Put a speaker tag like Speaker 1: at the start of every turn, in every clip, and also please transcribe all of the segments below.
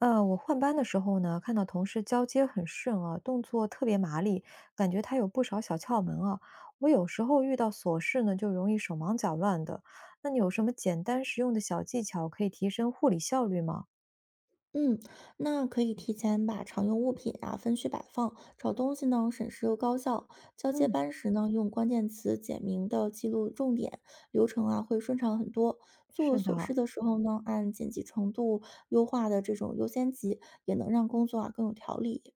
Speaker 1: 我换班的时候呢，看到同事交接很顺啊，动作特别麻利，感觉他有不少小窍门啊。我有时候遇到琐事呢，就容易手忙脚乱的。那你有什么简单实用的小技巧可以提升护理效率吗？
Speaker 2: 嗯，那可以提前把常用物品啊分区摆放，找东西呢省时又高效。交接
Speaker 1: 嗯，
Speaker 2: 班时呢，用关键词简明的记录重点，流程啊会顺畅很多。做
Speaker 1: 是
Speaker 2: 琐
Speaker 1: 的，
Speaker 2: 事的时候呢，按紧急程度优化的这种优先级，也能让工作啊更有条理。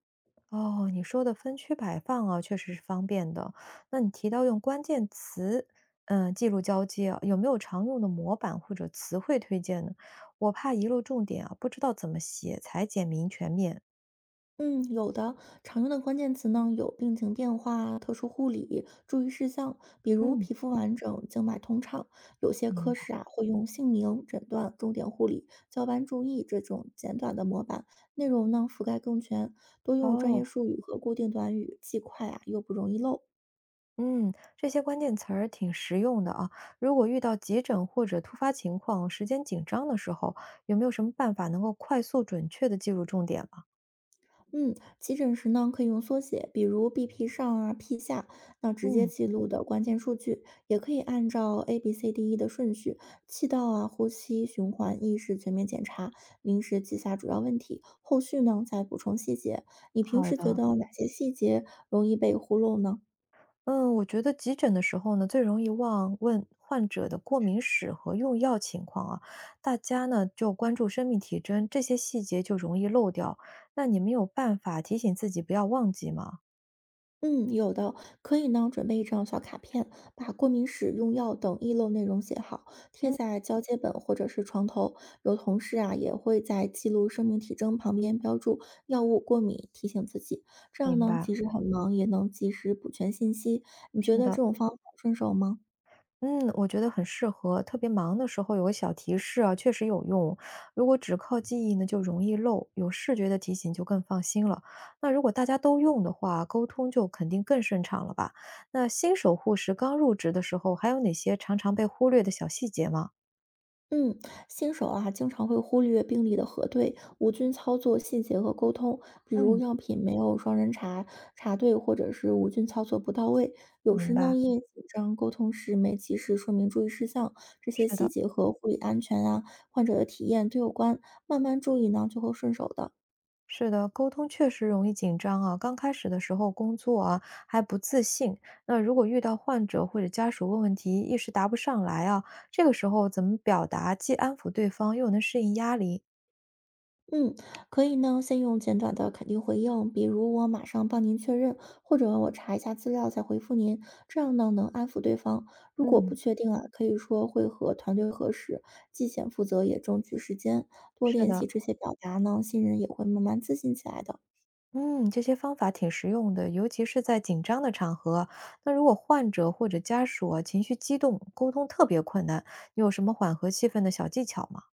Speaker 1: 哦，你说的分区摆放啊，确实是方便的。那你提到用关键词，嗯，记录交接啊，有没有常用的模板或者词汇推荐呢？我怕遗漏重点啊，不知道怎么写才简明全面。
Speaker 2: 嗯，有的，常用的关键词呢有病情变化、特殊护理、注意事项，比如
Speaker 1: 嗯。
Speaker 2: 皮肤完整、静脉通畅。有些
Speaker 1: 明
Speaker 2: 科
Speaker 1: 白。
Speaker 2: 室啊会用姓名、诊断、重点护理、交班注意这种简短的模板，内容呢覆盖更全，多用专业
Speaker 1: 哦，
Speaker 2: 术语和固定短语，既快啊又不容易漏。
Speaker 1: 嗯，这些关键词儿挺实用的啊。如果遇到急诊或者突发情况，时间紧张的时候，有没有什么办法能够快速准确的记住重点吗？
Speaker 2: 嗯，急诊时呢，可以用缩写，比如 BP 上啊、P 下，那直接
Speaker 1: 嗯，
Speaker 2: 记录的关键数据，也可以按照 A、B、C、D、E 的顺序，气道啊、呼吸、循环、意识全面检查，临时记下主要问题，后续呢再补充细节。你平
Speaker 1: 好
Speaker 2: 时觉
Speaker 1: 的。
Speaker 2: 得哪些细节容易被忽略呢？
Speaker 1: 嗯，我觉得急诊的时候呢，最容易忘问患者的过敏史和用药情况啊，大家呢就关注生命体征，这些细节就容易漏掉。那你们有办法提醒自己不要忘记吗？
Speaker 2: 嗯，有的，可以呢，准备一张小卡片，把过敏史、用药等遗漏内容写好，贴
Speaker 1: 嗯，
Speaker 2: 在交接本或者是床头。有同事啊，也会在记录生命体征旁边标注药物过敏，提醒自己。这样
Speaker 1: 明
Speaker 2: 呢，
Speaker 1: 白了。
Speaker 2: 即使很忙，也能及时补全信息。你觉
Speaker 1: 是
Speaker 2: 得这
Speaker 1: 的，
Speaker 2: 种方法顺手吗？
Speaker 1: 嗯，我觉得很适合，特别忙的时候有个小提示啊，确实有用。如果只靠记忆呢，就容易漏，有视觉的提醒就更放心了。那如果大家都用的话，沟通就肯定更顺畅了吧？那新手护士刚入职的时候，还有哪些常常被忽略的小细节吗？
Speaker 2: 嗯，新手啊，经常会忽略病例的核对、无菌操作细节和沟通，比如
Speaker 1: 嗯，
Speaker 2: 药品没有双人查对或者是无菌操作不到位。有时
Speaker 1: 明白，
Speaker 2: 呢，因为紧张沟通时没及时说明注意事项，这些
Speaker 1: 是
Speaker 2: 细
Speaker 1: 的。
Speaker 2: 节和护理安全啊、患者的体验都有关。慢慢注意呢，就会顺手的。
Speaker 1: 是的，沟通确实容易紧张啊。刚开始的时候，工作啊还不自信，那如果遇到患者或者家属问问题，一时答不上来啊，这个时候怎么表达，既安抚对方，又能适应压力？
Speaker 2: 嗯，可以呢，先用简短的肯定回应，比如我马上帮您确认，或者我查一下资料再回复您，这样呢能安抚对方。如果不
Speaker 1: 嗯，
Speaker 2: 确定啊，可以说会和团队核实，既显负责也争取时间。多
Speaker 1: 是
Speaker 2: 练
Speaker 1: 的，
Speaker 2: 习这些表达呢，新人也会慢慢自信起来的。
Speaker 1: 嗯，这些方法挺实用的，尤其是在紧张的场合。那如果患者或者家属啊情绪激动，沟通特别困难，你有什么缓和气氛的小技巧吗？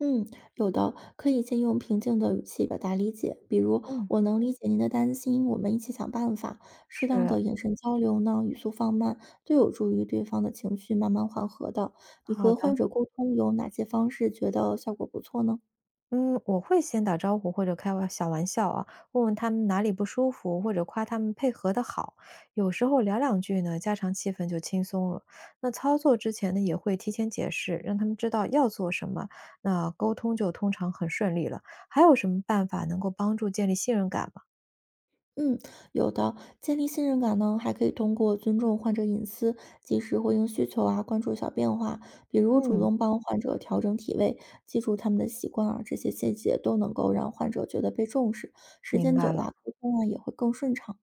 Speaker 2: 嗯，有的，可以先用平静的语气表达理解，比如
Speaker 1: 嗯，
Speaker 2: “我能理解您的担心，我们一起想办法"。适当
Speaker 1: 是，
Speaker 2: 的眼神交流呢，语速放慢，都有助于对方的情绪慢慢缓和的。你
Speaker 1: 好
Speaker 2: 和
Speaker 1: 的。
Speaker 2: 患者沟通有哪些方式觉得效果不错呢？
Speaker 1: 嗯，我会先打招呼或者开玩小玩笑啊，问问他们哪里不舒服，或者夸他们配合的好。有时候聊两句呢，家常气氛就轻松了。那操作之前呢，也会提前解释，让他们知道要做什么，那沟通就通常很顺利了。还有什么办法能够帮助建立信任感吗？
Speaker 2: 嗯，有的。建立信任感呢，还可以通过尊重患者隐私，及时回应需求啊，关注小变化，比如主
Speaker 1: 嗯，
Speaker 2: 动帮患者调整体位，记住他们的习惯啊，这些细节都能够让患者觉得被重视，时
Speaker 1: 明
Speaker 2: 间久
Speaker 1: 白了。
Speaker 2: 了，沟通啊也会更顺畅。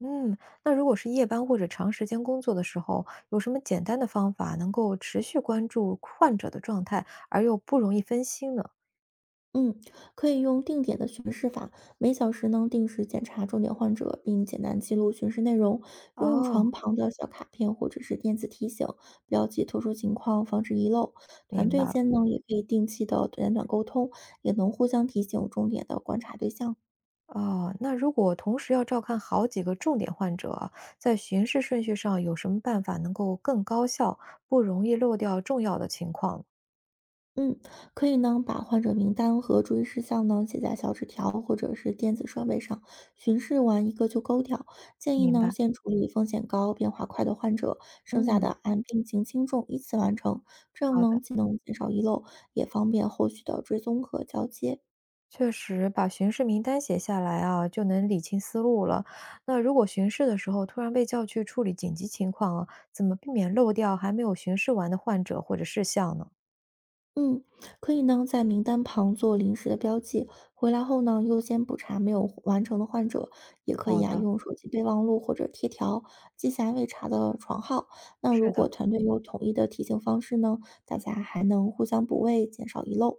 Speaker 1: 嗯，那如果是夜班或者长时间工作的时候，有什么简单的方法能够持续关注患者的状态，而又不容易分心呢？
Speaker 2: 嗯，可以用定点的巡视法，每小时呢定时检查重点患者，并简单记录巡视内容。用
Speaker 1: 哦，
Speaker 2: 床旁的小卡片或者是电子提醒标记特殊情况，防止遗漏。团
Speaker 1: 明白
Speaker 2: 队
Speaker 1: 了。
Speaker 2: 间呢也可以定期的简短沟通，也能互相提醒重点的观察对象。
Speaker 1: 哦，那如果同时要照看好几个重点患者啊，在巡视顺序上有什么办法能够更高效，不容易漏掉重要的情况？
Speaker 2: 嗯，可以呢，把患者名单和注意事项呢写在小纸条或者是电子设备上，巡视完一个就勾掉。建议
Speaker 1: 明
Speaker 2: 呢
Speaker 1: 白。
Speaker 2: 先处理风险高、变化快的患者，剩下
Speaker 1: 嗯，
Speaker 2: 的按病情轻重依次完成。这样
Speaker 1: 好
Speaker 2: 呢
Speaker 1: 的。
Speaker 2: 既能减少遗漏，也方便后续的追踪和交接。
Speaker 1: 确实，把巡视名单写下来啊，就能理清思路了。那如果巡视的时候突然被叫去处理紧急情况啊，怎么避免漏掉还没有巡视完的患者或者事项呢？
Speaker 2: 嗯，可以呢，在名单旁做临时的标记，回来后呢，优先补查没有完成的患者，也可
Speaker 1: 好
Speaker 2: 以啊，
Speaker 1: 的，
Speaker 2: 用手机备忘录或者贴条记下未查的床号。那如
Speaker 1: 是的。
Speaker 2: 果团队有统一的提醒方式呢，大家还能互相补位，减少遗漏。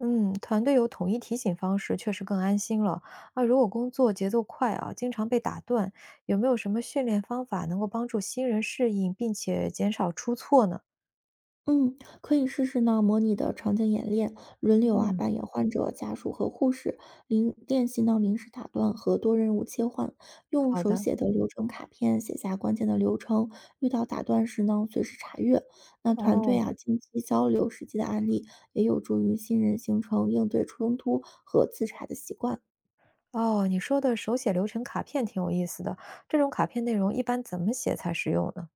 Speaker 1: 嗯，团队有统一提醒方式，确实更安心了。啊！如果工作节奏快啊，经常被打断，有没有什么训练方法能够帮助新人适应，并且减少出错呢？
Speaker 2: 嗯，可以试试呢，模拟的场景演练，轮流啊
Speaker 1: 嗯，
Speaker 2: 扮演患者、家属和护士，临练习呢临时打断和多任务切换，用
Speaker 1: 好
Speaker 2: 手
Speaker 1: 的，
Speaker 2: 写的流程卡片写下关键的流程，遇到打断时呢随时查阅。那团队
Speaker 1: 哦
Speaker 2: 啊近期交流实际的案例，也有助于新人形成应对冲突和自查的习惯。
Speaker 1: 哦，你说的手写流程卡片挺有意思的，这种卡片内容一般怎么写才实用呢？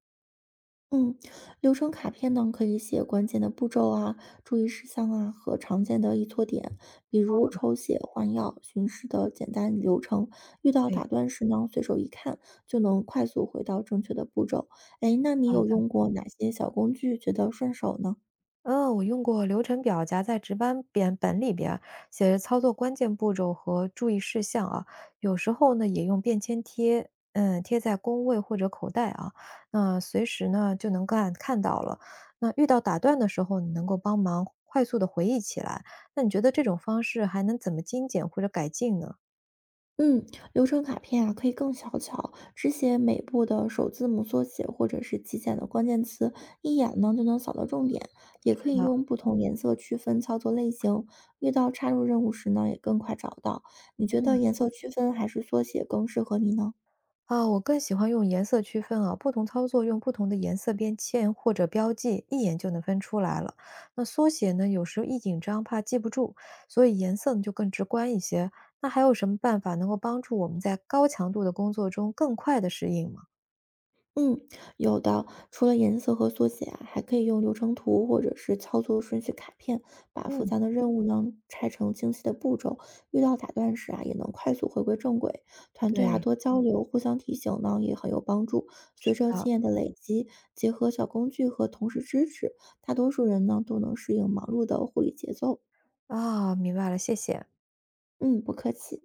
Speaker 2: 嗯，流程卡片呢，可以写关键的步骤啊、注意事项啊和常见的易错点，比如抽血、换药、巡视的简单流程。遇到
Speaker 1: 哎，
Speaker 2: 打断时呢，随手一看就能快速回到正确的步骤。哎，那你
Speaker 1: 好
Speaker 2: 有
Speaker 1: 的。
Speaker 2: 用过哪些小工具，觉得顺手呢？
Speaker 1: 嗯，我用过流程表夹在值班本里边啊写着操作关键步骤和注意事项啊。有时候呢，也用便签贴，嗯，贴在工位或者口袋啊，那随时呢就能看到了。那遇到打断的时候，你能够帮忙快速的回忆起来。那你觉得这种方式还能怎么精简或者改进呢？
Speaker 2: 嗯，流程卡片啊，可以更小巧，只写每步的首字母缩写或者是极简的关键词，一眼呢就能扫到重点。也可
Speaker 1: 是
Speaker 2: 以
Speaker 1: 的，
Speaker 2: 用不同颜色区分操作类型，遇到插入任务时呢也更快找到。你觉得
Speaker 1: 嗯
Speaker 2: 颜色区分还是缩写更适合你呢？
Speaker 1: 我更喜欢用颜色区分啊，不同操作用不同的颜色边签或者标记，一眼就能分出来了。那缩写呢，有时候一紧张怕记不住，所以颜色呢就更直观一些。那还有什么办法能够帮助我们在高强度的工作中更快的适应吗？
Speaker 2: 嗯，有的。除了颜色和缩写啊，还可以用流程图或者是操作顺序卡片，把复
Speaker 1: 嗯，
Speaker 2: 杂的任务呢拆成清晰的步骤。遇到打断时啊，也能快速回归正轨。团队啊
Speaker 1: 对，
Speaker 2: 多交流，互相提醒呢也很有帮助。随
Speaker 1: 是
Speaker 2: 着
Speaker 1: 的，
Speaker 2: 经验的累积，结合小工具和同事支持，大多数人呢都能适应忙碌的护理节奏。
Speaker 1: 啊，明白了，谢谢。
Speaker 2: 嗯，不客气。